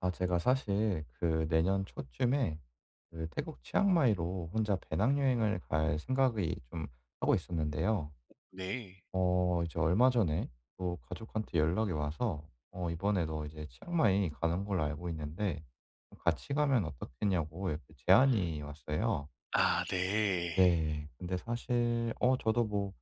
아, 제가 사실 그 내년 초쯤에 그 태국 치앙마이로 혼자 배낭여행을 갈 생각이 좀 하고 있었는데요. 네. 어 이제 얼마 전에 또 가족한테 연락이 와서 "어 이번에 도 이제 치앙마이 가는 걸로 알고 있는데 같이 가면 어떻겠냐."고 이렇게 제안이 왔어요. 아 네. 네. 근데 사실 어 저도 뭐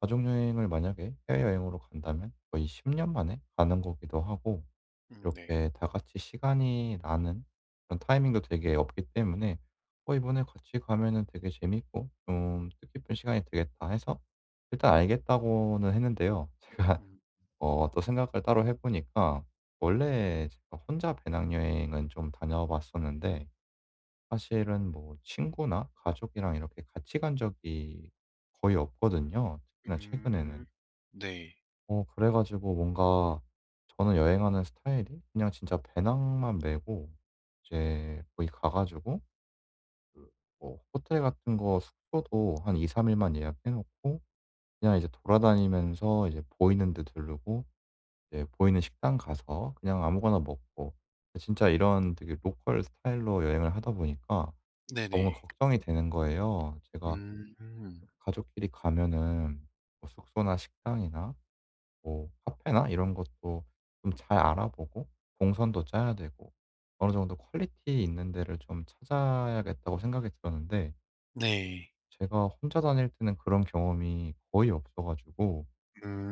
가족 여행을 만약에 해외여행으로 간다면 거의 10년 만에 가는 거기도 하고, 네. 이렇게 다 같이 시간이 나는 그런 타이밍도 되게 없기 때문에 '어 이번에 같이 가면은 되게 재밌고 좀 뜻깊은 시간이 되겠다.' 해서 일단 알겠다고는 했는데요. 제가 음. 어 또 생각을 따로 해 보니까 원래 제가 혼자 배낭여행은 좀 다녀 봤었는데 사실은 뭐 친구나 가족이랑 이렇게 같이 간 적이 거의 없거든요, 특히나 음. 최근에는. 네. 어 그래 가지고 뭔가 저는 여행하는 스타일이 그냥 진짜 배낭만 메고 이제 거기 가 가지고 그 뭐 호텔 같은 거 숙소도 한 2-3 일만 예약해 놓고 그냥 이제 돌아다니면서 이제 보이는 데 들르고 이제 보이는 식당 가서 그냥 아무거나 먹고 진짜 이런 되게 로컬 스타일로 여행을 하다 보니까 뭔가 네네. 걱정이 되는 거예요. 제가 음. 가족끼리 가면은 뭐 숙소나 식당이나 뭐 카페나 이런 것도 좀 잘 알아보고 동선도 짜야 되고 어느 정도 퀄리티 있는 데를 좀 찾아야겠다고 생각이 들었는데, 네. 제가 혼자 다닐 때는 그런 경험이 거의 없어 가지고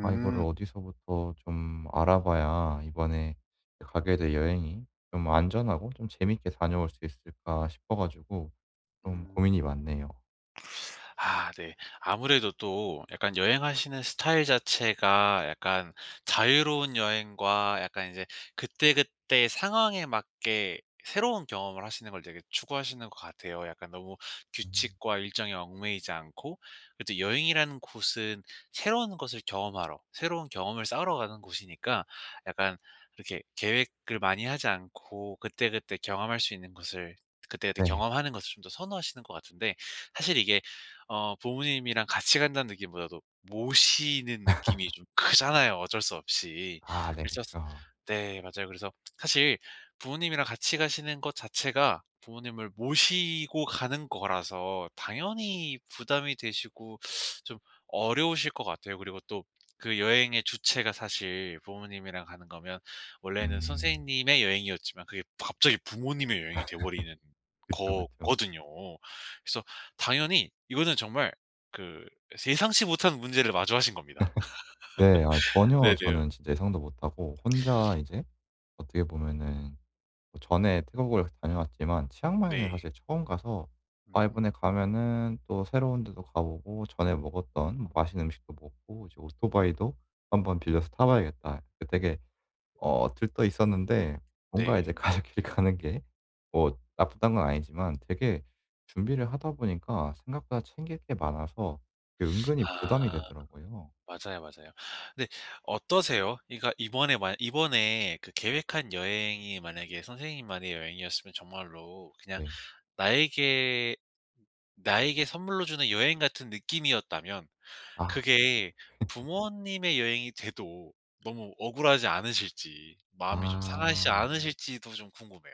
아, 이거를 어디서부터 좀 알아봐야 이번에 가게 될 여행이 좀 안전하고 좀 재밌게 다녀올 수 있을까 싶어 가지고 좀 음. 고민이 많네요. 아 네. 아무래도 또 약간 여행하시는 스타일 자체가 약간 자유로운 여행과 약간 이제 그때그때 상황에 맞게 새로운 경험을 하시는 걸 되게 추구하시는 것 같아요. 약간 너무 음. 규칙과 일정에 얽매이지 않고 그래도 여행이라는 곳은 새로운 것을 경험하러 새로운 경험을 쌓으러 가는 곳이니까 약간 이렇게 계획을 많이 하지 않고 그때그때 경험할 수 있는 것을 그때그때 네. 경험하는 것을 좀 더 선호하시는 것 같은데 사실 이게 부모님이랑 같이 간다는 느낌보다도 모시는 느낌이 좀 크잖아요, 어쩔 수 없이. 아 네. 그래서 그쵸. 네 맞아요. 그래서 사실 부모님이랑 같이 가시는 것 자체가 부모님을 모시고 가는 거라서 당연히 부담이 되시고 좀 어려우실 것 같아요. 그리고 또 그 여행의 주체가 사실 부모님이랑 가는 거면 원래는 음. 선생님의 여행이었지만 그게 갑자기 부모님의 여행이 돼 버리는 그쵸, 그쵸. 거거든요. 그래서 당연히 이거는 정말 그 예상치 못한 문제를 마주하신 겁니다. 네. 아, 전혀 네네. 저는 진짜 예상도 못하고 혼자 이제 어떻게 보면은 뭐 전에 태국을 다녀왔지만 네. 치앙마이는 사실 처음 가서, 아, 이번에 음 가면은 또 새로운 데도 가 보고 전에 먹었던 뭐 맛있는 음식도 먹고 이제 '오토바이도 한번 빌려서 타 봐야겠다.' 그 되게 어 들떠 있었는데, 뭔가 이제 네. 가족끼리 가는 게 뭐 나쁘다는 건 아니지만 되게 준비를 하다 보니까 생각보다 챙길 게 많아서 그 은근히 부담이 아 되더라고요. 맞아요, 맞아요. 근데 어떠세요? 그러니까 이번에 그 계획한 여행이 만약에 선생님만의 여행이었으면 정말로 그냥 네. 나에게 나에게 선물로 주는 여행 같은 느낌이었다면 아. 그게 부모님의 여행이 돼도 너무 억울하지 않으실지 마음이 좀 아. 상하시지 않으실지도 좀 궁금해요.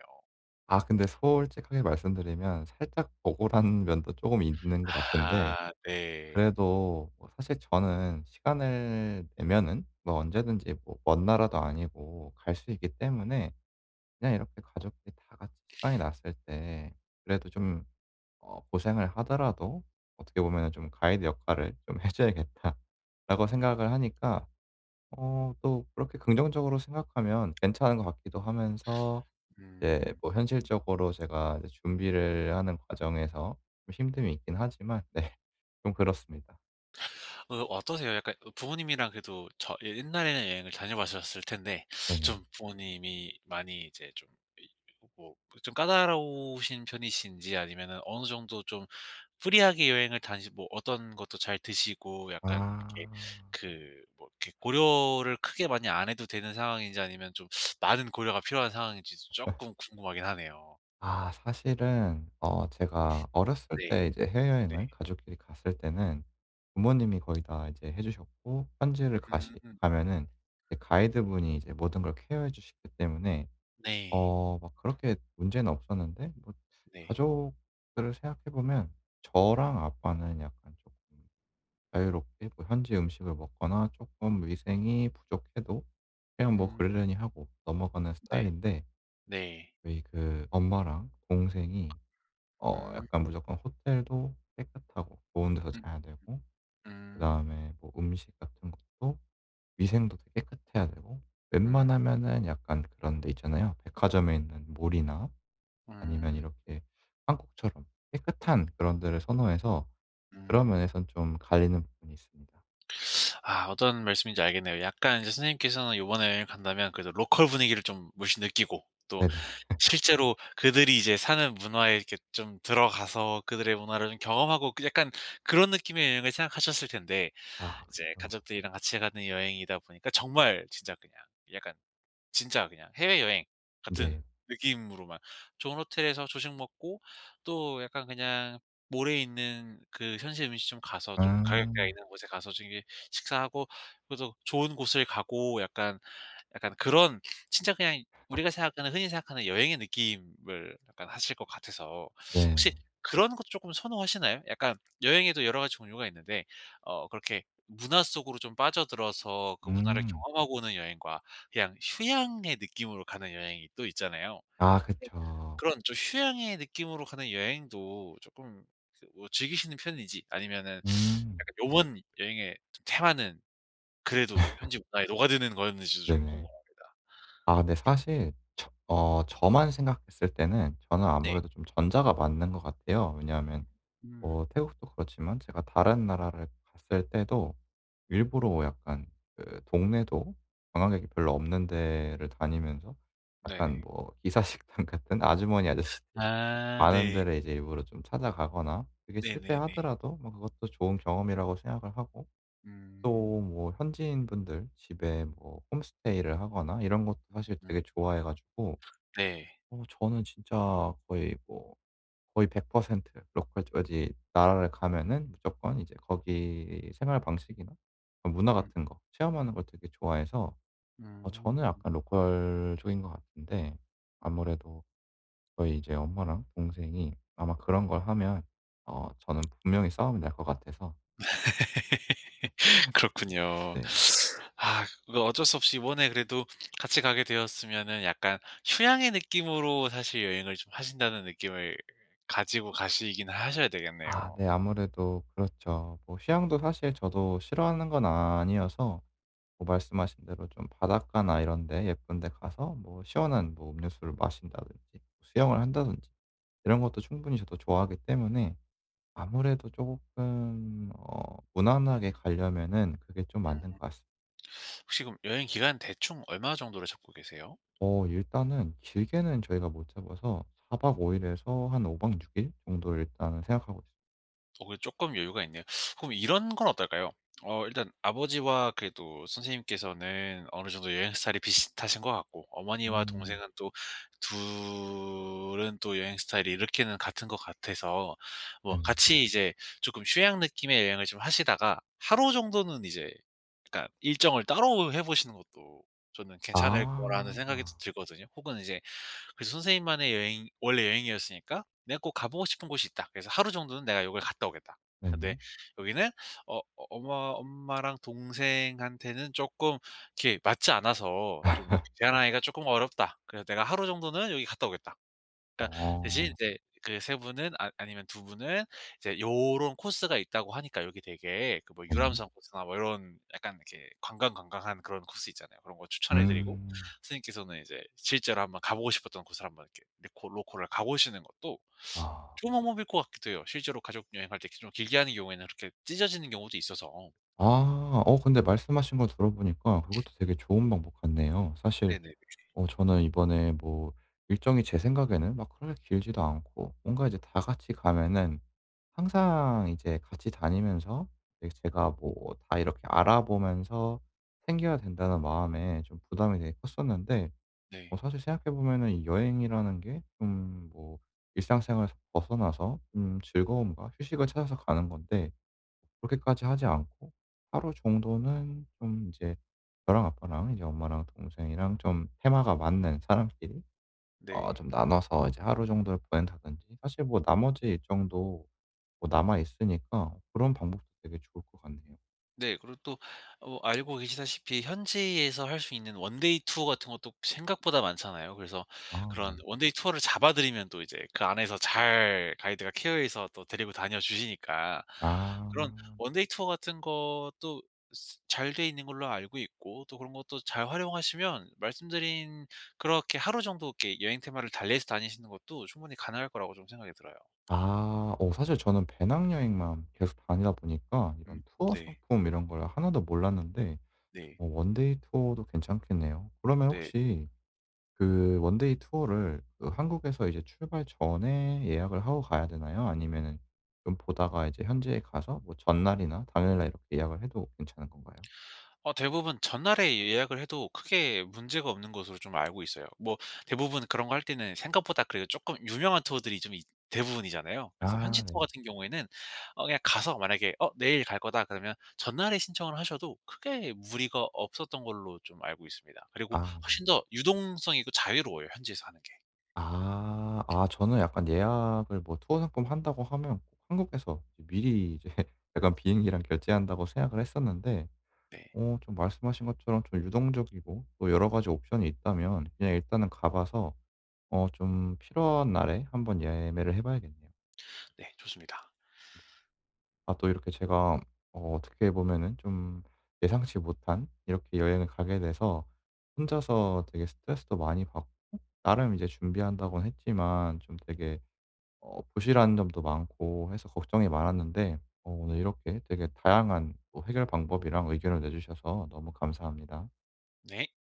아 근데 솔직하게 말씀드리면 살짝 억울한 면도 쪼금 있는 것 같은데, 아 네. 그래도 뭐 사실 저는 시간을 내면은 뭐 언제든지 뭐 먼 나라도 아니고 갈 수 있기 때문에 그냥 이렇게 가족들이 다 같이 시간이 났을 때 그래도 좀 어 고생을 하더라도 어떻게 보면은 좀 '가이드 역할을 좀 해 줘야겠다.'라고 음 생각을 하니까 어 또 그렇게 긍정적으로 생각하면 괜찮은 것 같기도 하면서, 이제 음. 뭐 현실적으로 제가 이제 준비를 하는 과정에서 좀 힘듦이 있긴 하지만 네. 좀 그렇습니다. 어떠세요? 약간 부모님이랑 그래도 저 옛날에는 여행을 다녀봤었을 텐데 네네. 좀 부모님이 많이 이제 좀 뭐 좀 까다로우신 편이신지 아니면은 어느 정도 좀 프리하게 여행을 다니 뭐 어떤 것도 잘 드시고 약간 이렇게 아. 그 뭐 이렇게 고려를 크게 많이 안 해도 되는 상황인지 아니면 좀 많은 고려가 필요한 상황인지 조금 궁금하긴 하네요. 아 사실은 어 제가 어렸을 때 네. 이제 네. 해외여행을 가족끼리 갔을 때는 부모님이 거의 다 이제 해 주셨고, 현지를 가시 음 가면은 이제 가이드분이 이제 모든 걸 케어해 주시기 때문에 네. 어 막 그렇게 문제는 없었는데, 뭐 네. 가족들을 생각해 보면 저랑 아빠는 약간 조금 자유롭게 뭐 현지 음식을 먹거나 조금 위생이 부족해도 그냥 뭐 음. 그러려니 하고 넘어가는 네. 스타일인데, 네. 저희 그 엄마랑 동생이 어 음. 약간 무조건 호텔도 깨끗하고 좋은 데서 음 자야 되고, 음. 그다음에 뭐 음식 같은 것도 위생도 되게 깨끗해야 되고, 음. 웬만하면은 약간 그런 데 있잖아요. 백화점에 있는 몰이나 아니면 음. 이렇게 한국처럼 깨끗한 그런 데를 선호해서 그런 음. 면에선 좀 갈리는 부분이 있습니다. 아 어떤 말씀인지 알겠네요. 약간 이제 선생님께서는 요번에 간다면 그래도 로컬 분위기를 좀 물씬 느끼고 또 네네. 실제로 그들이 이제 사는 문화에 이렇게 좀 들어가서 그들의 문화를 좀 경험하고 그 약간 그런 느낌의 여행을 생각하셨을 텐데 아 이제 그쵸. 가족들이랑 같이 가는 여행이다 보니까 정말 진짜 그냥 약간 진짜 그냥 해외여행 같은 네. 느낌으로만 좋은 호텔에서 조식 먹고 또 약간 그냥 모래 있는 그 현지 음식점 가서 좀 아. 가격대가 있는 곳에 가서 좀 이게 식사하고 그래도 좋은 곳을 가고 약간 약간 그런 진짜 그냥 우리가 생각하는 흔히 생각하는 여행의 느낌을 약간 하실 것 같아서 네. 혹시 그런 것 조금 선호하시나요? 약간 여행에도 여러 가지 종류가 있는데 그렇게 문화 속으로 좀 빠져들어서 그 문화를 음. 경험하고 오는 여행과 그냥 휴양의 느낌으로 가는 여행이 또 있잖아요. 아 네. 그쵸. 그런 좀 휴양의 느낌으로 가는 여행도 조금 그 뭐 즐기시는 편인지 아니면은 음. 약간 요번 여행의 좀 테마는 그래도 현지 문화에 녹아드는 거였는지도 좀 네네. 궁금합니다. 아 근데 사실 저만 생각했을 때는 저는 네. 아무래도 좀 전자가 맞는 것 같아요. 왜냐하면 음. 뭐 태국도 그렇지만 제가 다른 나라를 갔을 때도 일부러 약간 그 동네도 관광객이 별로 없는 데를 다니면서 약간 네네. 뭐 기사 식당 같은 아주머니 아저씨들 아 많은 네. 데를 이제 일부러 좀 찾아가거나 그게 네네네. 실패하더라도 뭐 그것도 좋은 경험이라고 생각을 하고, 또 음. 뭐 현지인분들 집에 뭐 홈스테이를 하거나 이런 것도 사실 음. 되게 좋아해 가지고, 네. 어 저는 진짜 거의 뭐 거의 100% 로컬, 어디 나라를 가면은 무조건 이제 거기 생활 방식이나 문화 음. 같은 거 체험하는 걸 되게 좋아해서, 어 저는 음. 약간 로컬쪽인것 같은데, 아무래도 저희 이제 엄마랑 동생이 아마 그런 걸 하면 어 저는 분명히 싸움이 날 것 같아서. 그렇군요. 네. 아 그거 어쩔 수 없이 이번에 그래도 같이 가게 되었으면은 약간 휴양의 느낌으로 사실 여행을 좀 하신다는 느낌을 가지고 가시긴 하셔야 되겠네요. 아 네. 아무래도 그렇죠. 뭐 휴양도 사실 저도 싫어하는 건 아니어서 뭐 말씀하신 대로 좀 바닷가나 이런 데 예쁜 데 가서 뭐 시원한 뭐 음료수를 마신다든지 뭐 수영을 한다든지 이런 것도 충분히 저도 좋아하기 때문에, 아무래도 조금 어 무난하게 가려면은 그게 좀 맞는 음. 것 같습니다. 혹시 그럼 여행 기간 대충 얼마 정도로 잡고 계세요? 어 일단은 길게는 저희가 못 잡아서 4박 5 일에서 한 5박 6일 정도 일단은 생각하고 있습니다. 그 조금 여유가 있네요. 그럼 이런 건 어떨까요? 일단 아버지와 그래도 선생님께서는 어느 정도 여행 스타일이 비슷하신 것 같고 어머니와 음 동생은 또 둘은 또 여행 스타일이 이렇게는 같은 것 같아서 뭐 네네. 같이 이제 조금 휴양 느낌의 여행을 좀 하시다가 하루 정도는 이제 그러니까 일정을 따로 해 보시는 것도 저는 괜찮을 거라는 생각이 또 아 들거든요. 혹은 이제 그래서 선생님만의 여행 원래 여행이었으니까 '내가 꼭 가 보고 싶은 곳이 있다. 그래서 하루 정도는 내가 여기를 갔다 오겠다.' 근데 네네. 여기는 어 어, 엄마랑 동생한테는 조금 이렇게 맞지 않아서 좀 제한하기가 조금 어렵다. 그래서 '내가 하루 정도는 여기 갔다 오겠다.' 그러니까 대신 아 이제 그 세 분은 아니면 두 분은 이제 요런 코스가 있다고 하니까 여기 되게 그 뭐 네네. 유람선 코스나 뭐 이런 약간 이렇게 관광관광한 그런 코스 있잖아요. 그런 거 추천해 드리고 음. 선생님께서는 이제 실제로 한번 가 보고 싶었던 곳을 한번 이렇게 코 로코를 가 보시는 것도 아. 조금 방법일 것 같기도 해요. 실제로 가족 여행할 때 좀 길게 하는 경우에는 그렇게 찢어지는 경우도 있어서. 아 어 근데 말씀하신 거 들어보니까 그것도 되게 좋은 방법 같네요. 사실 네네. 어 저는 이번에 뭐 일정이 제 생각에는 막 그렇게 길지도 않고 뭔가 이제 다 같이 가면은 항상 이제 같이 다니면서 이제 제가 뭐 다 이렇게 알아보면서 챙겨야 된다는 마음에 좀 부담이 되게 컸었는데, 어 네. 사실 생각해 보면은 이 여행이라는 게 좀 뭐 일상생활에서 벗어나서 좀 즐거움과 휴식을 찾아서 가는 건데 그렇게까지 하지 않고 하루 정도는 좀 이제 저랑 아빠랑 이제 엄마랑 동생이랑 좀 테마가 맞는 사람끼리 어 네. 좀 나눠서 이제 하루 정도를 보낸다든지, 사실 뭐 나머지 일정도 뭐 남아 있으니까 그런 방법도 되게 좋을 것 같네요. 네. 그리고 또 알고 계시다시피 현지에서 할 수 있는 원데이 투어 같은 것도 생각보다 많잖아요. 그래서 아 그런 네. 원데이 투어를 잡아 드리면 또 이제 그 안에서 잘 가이드가 케어해서 또 데리고 다녀 주시니까 그런 아. 원데이 투어 같은 것도 잘 돼 있는 걸로 알고 있고 또 그런 것도 잘 활용하시면 말씀드린 그렇게 하루 정도 이렇게 여행 테마를 달리해서 다니시는 것도 충분히 가능할 거라고 좀 생각이 들어요. 아. 어 사실 저는 배낭여행만 계속 다니다 보니까 음 이런 투어 네. 상품 이런 걸 하나도 몰랐는데 네. 어 원데이 투어도 괜찮겠네요. 그러면 네. 혹시 그 원데이 투어를 그 한국에서 이제 출발 전에 예약을 하고 가야 되나요? 아니면은 좀 보다가 이제 현지에 가서 뭐 전날이나 당일날 이렇게 예약을 해도 괜찮은 건가요? 대부분 전날에 예약을 해도 크게 문제가 없는 것으로 좀 알고 있어요. 뭐 대부분 그런 거 할 때는 생각보다 그래도 조금 유명한 투어들이 좀 있 대부분이잖아요. 그래서 현지 아 네. 투어 같은 경우에는 그냥 가서 만약에 '어 내일 갈 거다.' 그러면 전날에 신청을 하셔도 크게 무리가 없었던 걸로 좀 알고 있습니다. 그리고 아. 훨씬 더 유동성이 고 자유로워요 현지에서 하는 게. 아. 아 저는 약간 예약을 뭐 투어 상품 한다고 하면 꼭 한국에서 이제 미리 이제 약간 비행기랑 결제한다고 생각을 했었는데, 네. 어 좀 말씀하신 것처럼 좀 유동적이고 또 여러 가지 옵션이 있다면 그냥 일단은 가 봐서 어 좀 필요한 날에 한번 예매를 해 봐야겠네요. 네 좋습니다. 아 또 이렇게 제가 어떻게 보면은 좀 예상치 못한 이렇게 여행을 가게 돼서 혼자서 되게 스트레스도 많이 받고 나름 이제 준비한다고는 했지만 좀 되게 어 부실한 점도 많고 해서 걱정이 많았는데, 어 오늘 이렇게 되게 다양한 또 해결 방법이랑 의견을 내주셔서 너무 감사합니다. 네.